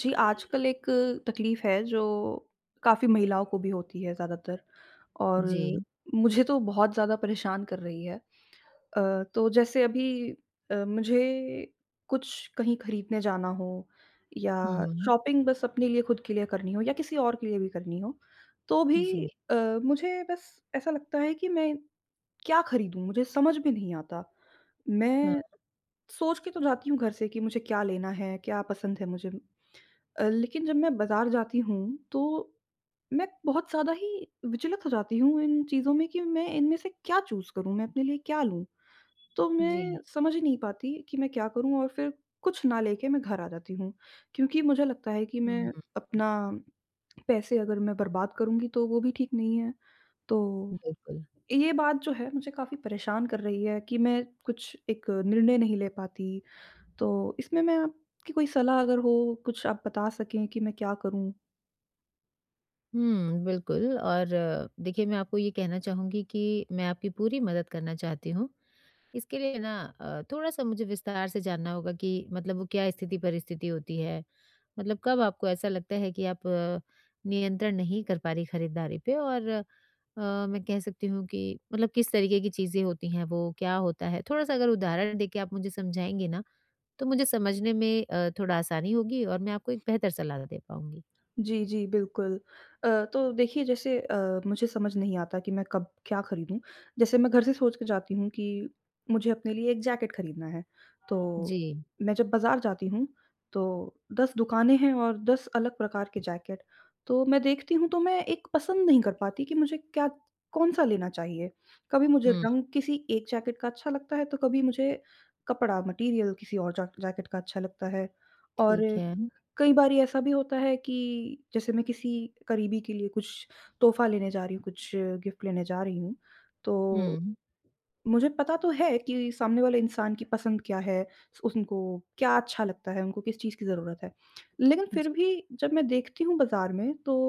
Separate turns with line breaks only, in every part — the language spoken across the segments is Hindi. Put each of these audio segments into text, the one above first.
जी, आजकल एक तकलीफ़ है जो काफ़ी महिलाओं को भी होती है ज़्यादातर और
जी।
मुझे तो बहुत ज़्यादा परेशान कर रही है। तो जैसे अभी मुझे कुछ कहीं खरीदने जाना हो या
हुँ, हुँ।
शॉपिंग बस अपने लिए खुद के लिए करनी हो या किसी और के लिए भी करनी हो, तो भी
जी,
अ, मुझे बस ऐसा लगता है कि मैं क्या खरीदूँ? मुझे समझ में नहीं आता।
हाँ,
मैं सोच के तो जाती हूँ घर से कि मुझे क्या लेना है, क्या पसंद है मुझे। लेकिन जब मैं बाज़ार जाती हूँ तो मैं बहुत ज़्यादा ही विचलित हो जाती हूँ इन चीज़ों में कि मैं इनमें से क्या चूज़ करूँ, मैं अपने लिए क्या लूँ? तो
जी।
मैं समझ ही नहीं पाती कि मैं क्या करूँ और फिर कुछ ना लेके मैं घर आ जाती हूँ। क्योंकि मुझे लगता है कि
हुँ,
मैं अपना पैसे अगर मैं बर्बाद करूँगी तो वो भी ठीक नहीं है। तो
बिल्कुल।
ये बात जो है मुझे काफ़ी परेशान कर रही है कि मैं कुछ एक निर्णय नहीं ले पाती। तो इसमें मैं आपकी कोई सलाह अगर हो, कुछ आप बता सकें कि मैं क्या करूँ?
हुँ, बिल्कुल और देखिए मैं आपको ये कहना चाहूँगी कि मैं आपकी पूरी मदद करना चाहती हूँ। इसके लिए ना थोड़ा-सा मुझे विस्तार से जानना होगा कि मतलब वो क्या स्थिति-परिस्थिति होती है? मतलब कब आपको ऐसा लगता है कि आप नियंत्रण नहीं कर पा रही खरीदारी पे और मैं कह सकती हूँ कि मतलब किस तरीके की चीज़ें होती हैं वो, क्या होता है? थोड़ा-सा अगर उदाहरण देके आप मुझे समझाएँगी ना, तो मुझे समझने में थोड़ा आसानी होगी और मैं आपको एक बेहतर सलाह दे पाऊँगी।
जी, जी, बिल्कुल। तो देखिए जैसे मुझे समझ नहीं आता कि मैं कब क्या खरीदूँ? जैसे मैं घर से सोच के जाती हूँ कि मुझे अपने लिए एक जैकेट खरीदना है, तो
जी,
मैं जब बाज़ार जाती हूँ, तो 10 दुकानें हैं और 10 अलग प्रकार के जैकेट। तो मैं देखती हूँ, तो मैं एक पसंद नहीं कर पाती कि मुझे क्या कौन-सा लेना चाहिए। कभी मुझे
हुँ,
रंग किसी एक जैकेट का अच्छा लगता है, तो कभी मुझे कपड़ा मटीरियल किसी और जा जैकेट का अच्छा लगता है। और
ठीक है।
कई बारी ऐसा भी होता है कि जैसे मैं किसी करीबी के लिए कुछ तोहफ़ा लेने जा रही हूँ, कुछ गिफ्ट लेने जा रही हूँ, तो
हुँ,
मुझे पता तो है कि सामने वाले इंसान की पसंद क्या है, स उनको क्या अच्छा लगता है, उनको किस चीज़ की ज़रूरत है। लेकिन फिर
जी,
भी जब मैं देखती हूँ बाज़ार में तो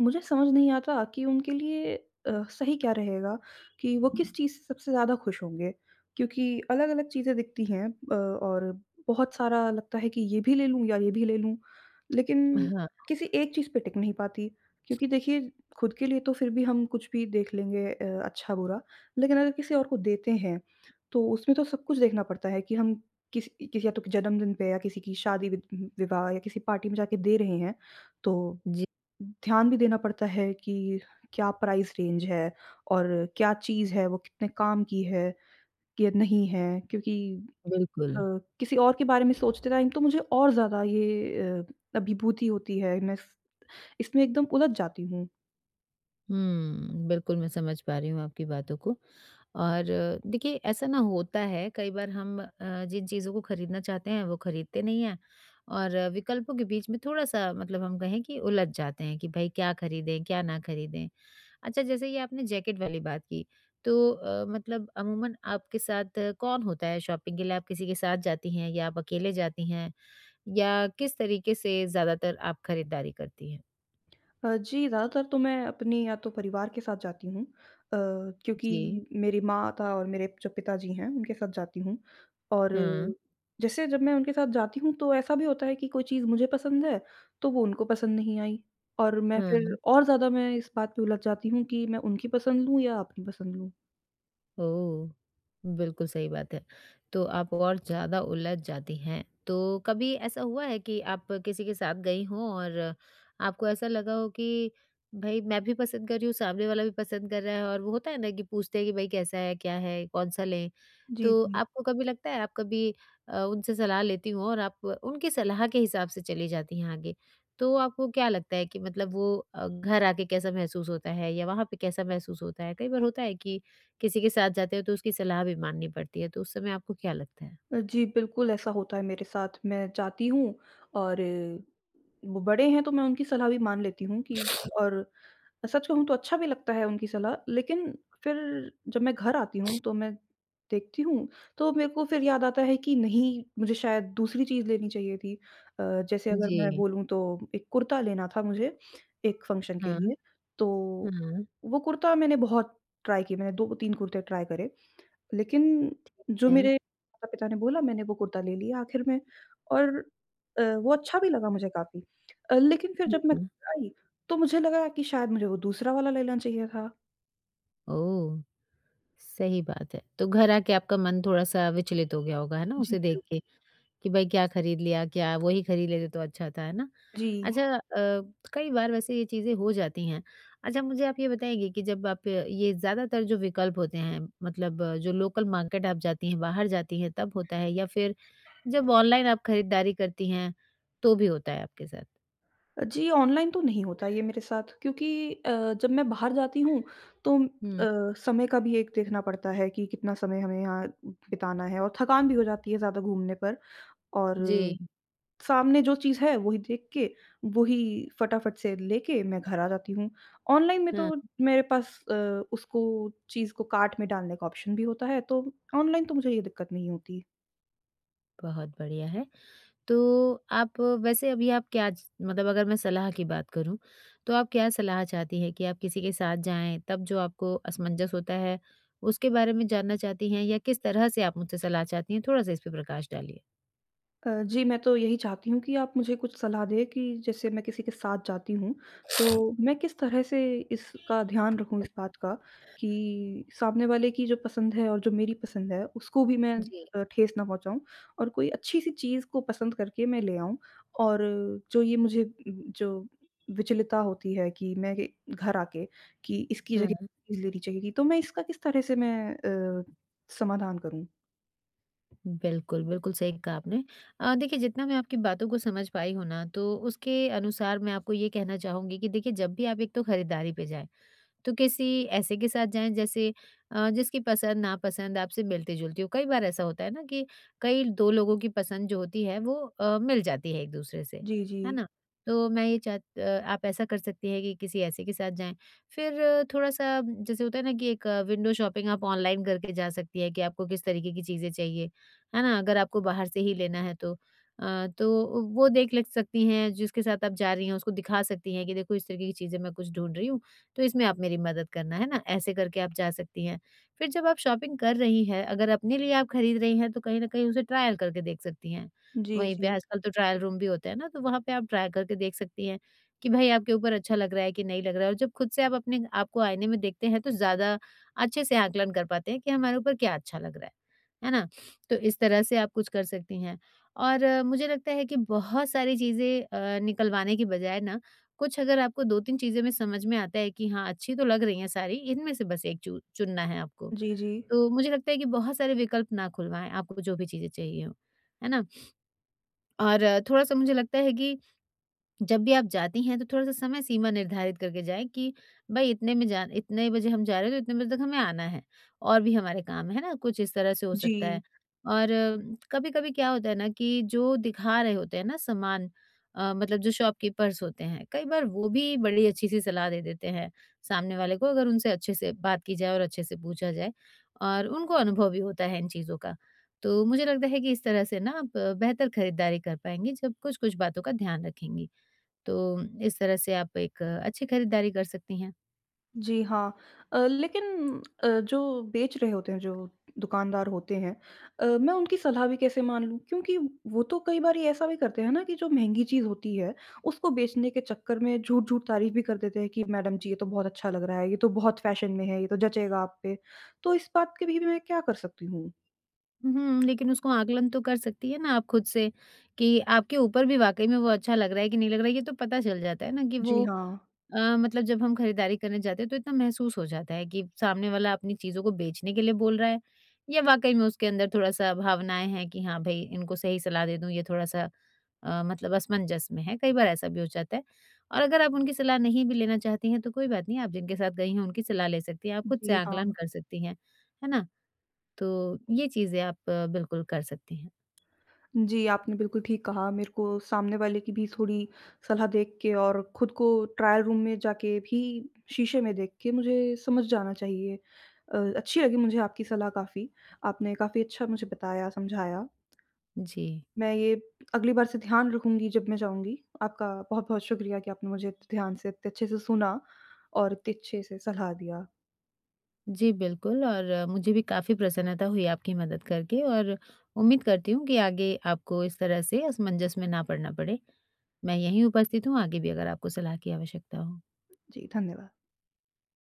मुझे समझ नहीं आता कि उनके लिए सही क्या रहेगा कि वो किस चीज़ से सबसे ज़्यादा खुश होंगे क्योंकि अलग-अलग चीज़ें दिखती हैं और बहुत सारा लगता है कि ये भी ले लूँ या ये भी ले लूँ, लेकिन
हाँ,
किसी एक चीज़ पे टिक नहीं पाती। क्योंकि देखिए खुद के लिए तो फिर भी हम कुछ भी देख लेंगे अच्छा-बुरा, लेकिन अगर किसी और को देते हैं तो उसमें तो सब कुछ देखना पड़ता है कि हम किसी या तो जन्मदिन पे या किसी की शादी वि विवाह या किसी पार्टी में जाके दे रहे हैं, तो
जी,
ध्यान भी देना पड़ता है कि क्या प्राइस रेंज है और क्या चीज़ है, वो कितने काम की है या नहीं है। क्योंकि
बिल्कुल।
अ, किसी और के बारे में सोचते टाइम तो मुझे और ज़्यादा ये अभिभूति होती है। मैं इस इसमें एकदम उलझ जाती हूँ।
हुँ, बिल्कुल मैं समझ पा रही हूँ आपकी बातों को और देखिए ऐसा ना होता है कई बार हम जिन चीज़ों को खरीदना चाहते हैं वो खरीदते नहीं हैं और विकल्पों के बीच में थोड़ा-सा मतलब हम कहें कि उलझ जाते हैं कि भई क्या खरीदें, क्या ना खरीदें? अच्छा, जैसे ये आपने जैकेट वाली बात की, तो मतलब अमूमन आपके साथ कौन होता है शॉपिंग के लिए? आप किसी के साथ जाती हैं या आप अकेले जाती हैं? या किस तरीके से ज़्यादातर आप खरीदारी करती हैं?
जी, ज़्यादातर तो मैं अपने या तो परिवार के साथ जाती हूँ, क्योंकि
जी।
मेरी माता और मेरे जो पिताजी हैं, उनके साथ जाती हूँ और
हुँ,
जैसे जब मैं उनके साथ जाती हूँ, तो ऐसा भी होता है कि कोई चीज़ मुझे पसंद है, तो वो उनको पसंद नहीं आई और मैं फिर
हुँ।
और ज़्यादा मैं इस बात पे उलझ जाती हूँ कि मैं उनकी पसंद लूँ या अपनी पसंद लूँ।
ओह! बिल्कुल सही बात है। तो आप और ज़्यादा उलझ जाती हैं। तो कभी ऐसा हुआ है कि आप किसी के साथ गई हों और आपको ऐसा लगा हो कि भई मैं भी पसंद कर रही हूँ, सामने वाला भी पसंद कर रहा है और वो होता है ना कि पूछते हैं कि भई कैसा है, क्या है, कौन-सा लें?
जी,
तो
जी।
आपको कभी लगता है आप कभी उनसे सलाह लेती हो और आप उनकी सलाह के हिसाब से चली जाती हैं आगे। तो आपको क्या लगता है कि मतलब वो घर आके कैसा महसूस होता है या वहाँ पे कैसा महसूस होता है? कई बार होता है कि किसी के साथ जाते हो तो उसकी सलाह भी माननी पड़ती है, तो उस समय आपको क्या लगता है?
जी, बिल्कुल ऐसा होता है मेरे साथ। मैं जाती हूँ और वो बड़े हैं, तो मैं उनकी सलाह भी मान लेती हूँ कि और सच कहूँ तो अच्छा भी लगता है उनकी सलाह, लेकिन फिर जब मैं घर आती हूँ, तो मैं देखती हूँ, तो मेरे को फिर याद आता है कि नहीं, मुझे शायद दूसरी चीज़ लेनी चाहिए थी। अ, जैसे अगर मैं
जी।
बोलूँ तो एक कुर्ता लेना था मुझे, एक फंक्शन के लिए,
हाँ,
तो
हाँ,
वो कुर्ता मैंने बहुत ट्राई किए, मैंने 2-3 कुर्ते ट्राई करे। लेकिन जो
क्या?
मेरे माता-पिता ने बोला मैंने वो कुर्ता ले लिया आखिर में और वो अच्छा भी लगा मुझे काफ़ी। लेकिन फिर
हुँ,
जब मैं
हुँ।
घर आई तो मुझे लगा कि शायद मुझे वो दूसरा वाला लेना चाहिए था।
ओह! सही बात है। तो घर आके आपका मन थोड़ा-सा विचलित हो गया होगा, है ना,
जी,
उसे देख
बिल्कुल।
के कि भाई क्या खरीद लिया, क्या वही खरीद लेते तो अच्छा था, है ना?
जी।
अच्छा कई बार वैसे ये चीज़ें हो जाती हैं। अच्छा मुझे आप ये बताइए कि जब आप ये ज़्यादातर जो विकल्प होते हैं मतलब जो लोकल मार्केट आप जाती हैं, बाहर जाती हैं तब होता है या फिर जब ऑनलाइन आप खरीदारी करती हैं, तो भी होता है आपके साथ?
जी, ऑनलाइन तो नहीं होता ये मेरे साथ, क्योंकि अ, जब मैं बाहर जाती हूँ तो
हुँ।
अ, समय का भी एक देखना पड़ता है कि कितना समय हमें यहाँ बिताना है और थकान भी हो जाती है ज़्यादा घूमने पर और
जी,
सामने जो चीज़ है वही देख के, वही फटाफट से लेके मैं घर आ जाती हूँ। ऑनलाइन में
हाँ,
तो मेरे पास उसको चीज़ को कार्ट में डालने का ऑप्शन भी होता है, तो ऑनलाइन तो मुझे ये दिक्कत नहीं होती।
बहुत बढ़िया है। तो आप वैसे अभी आप क्या च मतलब अगर मैं सलाह की बात करूँ, तो आप क्या सलाह चाहती हैं कि आप किसी के साथ जाएँ, तब जो आपको असमंजस होता है, उसके बारे में जानना चाहती हैं या किस तरह से आप मुझसे सलाह चाहती हैं? थोड़ा-सा इस पे प्रकाश डालिए।
जी, मैं तो यही चाहती हूँ कि आप मुझे कुछ सलाह दें कि जैसे मैं किसी के साथ जाती हूँ, तो मैं किस तरह से इसका ध्यान रखूँ इस बात का कि सामने वाले की जो पसंद है और जो मेरी पसंद है, उसको भी मैं
जी।
ठेस ना पहुँचाऊँ और कोई अच्छी-सी चीज़ को पसंद करके मैं ले आऊँ। और जो ये मुझे जो विचलितता होती है कि मैं ये घर आके कि इसकी जगह
हाँ।
चीज़ लेनी चाहिए थी, तो मैं इसका किस तरह से अ, समाधान करूँ?
बिल्कुल, बिल्कुल सही कहा आपने। देखिए जितना मैं आपकी बातों को समझ पाई हूँ ना, तो उसके अनुसार मैं आपको ये कहना चाहूँगी कि देखिए जब भी आप एक तो खरीदारी पे जाएँ, तो किसी ऐसे के साथ जाएँ जैसे जिसकी पसंद नापसंद आपसे मिलती-जुलती हो। कई बार ऐसा होता है ना कि कई 2 लोगों की पसंद जो होती है वो मिल जाती है एक-दूसरे से,
जी, जी।
है ना? तो मैं ये आप ऐसा कर सकती हैं कि किसी ऐसे के साथ जाएँ। फिर थोड़ा-सा जैसे होता है ना कि एक विंडो शॉपिंग आप ऑनलाइन करके जा सकती हैं कि आपको किस तरीके की चीज़ें चाहिए, है ना? अगर आपको बाहर से ही लेना है तो। तो वो देख लग सकती हैं, जिसके साथ आप जा रही हैं उसको दिखा सकती हैं कि देखो इस तरीके की चीज़ें मैं कुछ ढूँढ रही हूँ। तो इसमें आप मेरी मदद करना, है ना? ऐसे करके आप जा सकती हैं। फिर जब आप शॉपिंग कर रही हैं, अगर अपने लिए आप खरीद रही हैं, तो कहीं न कहीं उसे ट्रायल करके देख सकती हैं।
जी,
वहीं पे
जी।
आजकल तो ट्रायल रूम भी होते हैं ना, तो वहाँ पे आप ट्राई करके देख सकती हैं कि भई आपके ऊपर अच्छा लग रहा है कि नहीं लग रहा है और जब खुद से आप अपने आपको आईने में देखते हैं, तो ज़्यादा अच्छे से आकलन कर पाते हैं कि हमारे ऊपर क्या अच्छा लग रहा है। है ना? तो इस तरह से आप कुछ कर सकती हैं और मुझे लगता है कि बहुत सारी चीज़ें निकलवाने की बजाय ना कुछ अगर आपको 2-3 चीज़ें में समझ में आता है कि हाँ, अच्छी तो लग रही हैं सारी, इनमें से बस एक चू चुनना है आपको।
जी, जी।
तो मुझे लगता है कि बहुत सारे विकल्प ना खुलवाएँ आपको जो भी चीज़ें चाहिए हों, है ना? और थोड़ा-सा मुझे लगता है कि जब भी आप जाती हैं तो थोड़ा-सा समय सीमा निर्धारित करके जाएँ कि भई इतने में जा इतने बजे हम जा रहे हैं तो इतने बजे तक हमें आना है। और भी हमारे काम है ना, कुछ इस तरह से हो सकता है।
जी,
और कभी-कभी क्या होता है ना कि जो दिखा रहे होते हैं ना सामान मतलब जो शॉपकीपर्स होते हैं, कई बार वो भी बड़ी अच्छी-सी सलाह दे देते हैं सामने वाले को अगर उनसे अच्छे से बात की जाए और अच्छे से पूछा जाए। और उनको अनुभव भी होता है इन चीज़ों का। तो मुझे लगता है कि इस तरह से ना आप बेहतर खरीदारी कर पाएँगी जब कुछ-कुछ बातों का ध्यान रखेंगी। तो इस तरह से आप एक अच्छी खरीदारी कर सकती हैं।
जी हाँ। लेकिन जो बेच रहे होते हैं, जो दुकानदार होते हैं, मैं उनकी सलाह भी कैसे मान लूँ? क्योंकि वो तो कई बारी ऐसा भी करते हैं ना कि जो महँगी चीज़ होती है, उसको बेचने के चक्कर में झूठ-झूठ तारीफ़ भी कर देते हैं कि मैडम जी ये तो बहुत अच्छा लग रहा है, ये तो बहुत फ़ैशन में है, ये तो जचेगा आप पे। तो इस बात के भी मैं क्या कर सकती हूँ?
हुँ, लेकिन उसको आकलन तो कर सकती हैं ना आप खुद से कि आपके ऊपर भी वाक़ई में वो अच्छा लग रहा है कि नहीं लग रहा है, ये तो पता चल जाता है ना कि
जी
वो
हाँ।
मतलब जब हम खरीदारी करने जाते हैं तो इतना महसूस हो जाता है कि सामने वाला अपनी चीज़ों को बेचने के लिए बोल रहा है या वाक़ई में उसके अंदर थोड़ा-सा भावनाएँ हैं कि हाँ, भई इनको सही सलाह दे दूँ, ये थोड़ा-सा मतलब असमंजस में है, कई बार ऐसा भी हो जाता है। और अगर आप उनकी सलाह नहीं भी लेना चाहती हैं, तो कोई बात नहीं, आप जिनके साथ गई हैं, उनकी सलाह ले सकती हैं। आप खुद से
जी हाँ।
आकलन कर सकती हैं, है ना? तो ये चीज़ें आप बिल्कुल कर सकती हैं।
जी, आपने बिल्कुल ठीक कहा। मेरे को सामने वाले की भी थोड़ी सलाह देख के और खुद को ट्रायल रूम में जाके भी शीशे में देख के मुझे समझ जाना चाहिए। अच्छी लगी मुझे आपकी सलाह काफ़ी। आपने काफ़ी अच्छा मुझे बताया, समझाया।
जी।
मैं ये अगली बार से ध्यान रखूँगी जब मैं जाऊँगी। आपका बहुत-बहुत शुक्रिया कि आपने मुझे इतने ध्यान से, इतने अच्छे से सुना और इतने अच्छे से सलाह दिया।
जी, बिल्कुल और मुझे भी काफ़ी प्रसन्नता हुई आपकी मदद करके और उम्मीद करती हूँ कि आगे आपको इस तरह से असमंजस में ना पड़ना पड़े। मैं यहीं उपस्थित हूँ, आगे भी अगर आपको सलाह की आवश्यकता हो।
जी, धन्यवाद।